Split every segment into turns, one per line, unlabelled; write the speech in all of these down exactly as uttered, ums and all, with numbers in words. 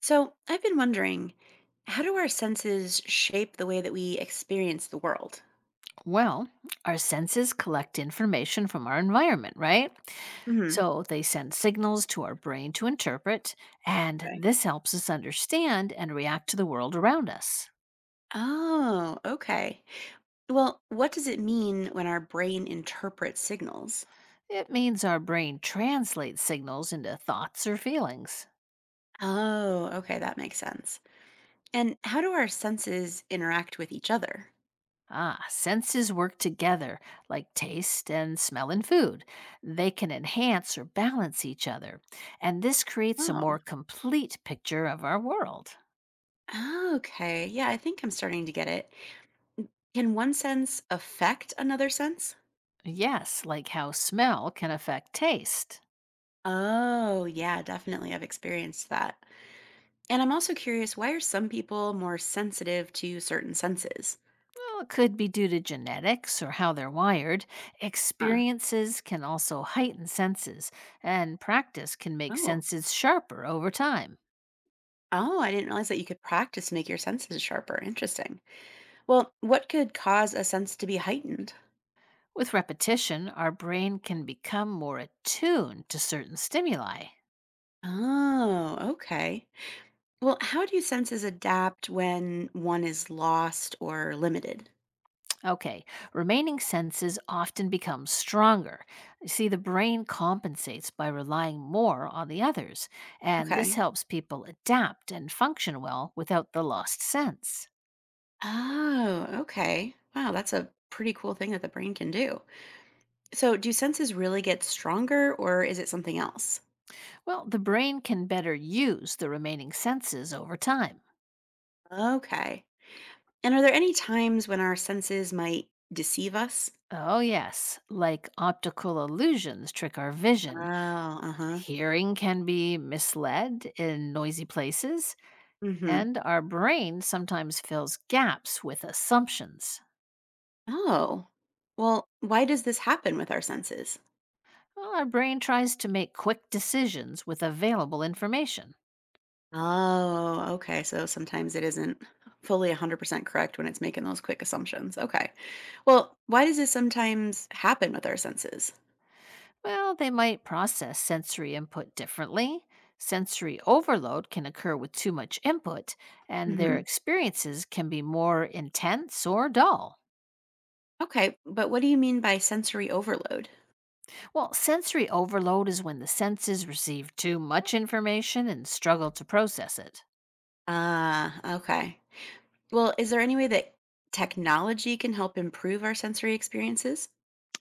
So, I've been wondering, how do our senses shape the way that we experience the world?
Well, our senses collect information from our environment, right?
Hmm.
So they send signals to our brain to interpret, and
Okay.
this helps us understand and react to the world around us.
Oh, okay. Well, what does it mean when our brain interprets signals?
It means our brain translates signals into thoughts or feelings.
Oh, okay, that makes sense. And how do our senses interact with each other?
Ah, senses work together, like taste and smell in food. They can enhance or balance each other, and this creates a
Oh,
more complete picture of our world.
oh, okay. Yeah, I think I'm starting to get it. Can one sense affect another sense?
Yes, like how smell can affect taste.
Oh, yeah, definitely. I've experienced that. And I'm also curious, why are some people more sensitive to certain senses?
Well, it could be due to genetics or how they're wired.
Huh.
Experiences can also heighten senses, and practice can make
Oh.
senses sharper over time.
Oh, I didn't realize that you could practice to make your senses sharper. Interesting. Well, what could cause a sense to be heightened?
With repetition, our brain can become more attuned to certain stimuli.
Oh, okay. Well, how do senses adapt when one is lost or limited?
Okay, remaining senses often become stronger. You see, the brain compensates by relying more on the others, and this
Okay.
helps people adapt and function well without the lost sense.
Oh, okay. Wow, that's a pretty cool thing that the brain can do. So, do senses really get stronger, or is it something else?
Well, the brain can better use the remaining senses over time.
Okay. And are there any times when our senses might deceive us?
Oh, yes, like optical illusions trick our
Oh,
vision.
uh-huh.
Hearing can be misled in noisy places,
Mhm.
and our brain sometimes fills gaps with assumptions.
Oh. Well, why does this happen with our senses?
Well, our brain tries to make quick decisions with available information.
Oh, okay. So sometimes it isn't fully one hundred percent correct when it's making those quick assumptions. Okay. Well, why does this sometimes happen with our senses?
Well, they might process sensory input differently. Sensory overload can occur with too much input, and their
Hmm.
experiences can be more intense or dull.
Okay. But what do you mean by sensory overload?
Well, sensory overload is when the senses receive too much information and struggle to process it.
Ah, okay. Well, is there any way that technology can help improve our sensory experiences?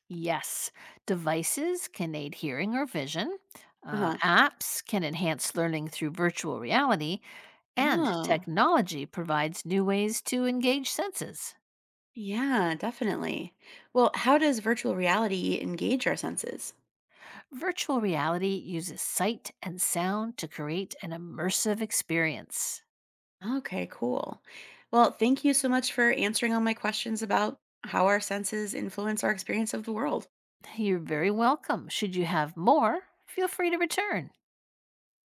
Yes, devices can aid hearing or vision.
Uh
Uh,
huh.
apps can enhance learning through virtual reality, and
Oh.
technology provides new ways to engage senses.
Yeah, definitely. Well, how does virtual reality engage our senses?
Virtual reality uses sight and sound to create an immersive experience.
Okay, cool. Well, thank you so much for answering all my questions about how our senses influence our experience of the world.
You're very welcome. Should you have more, feel free to return.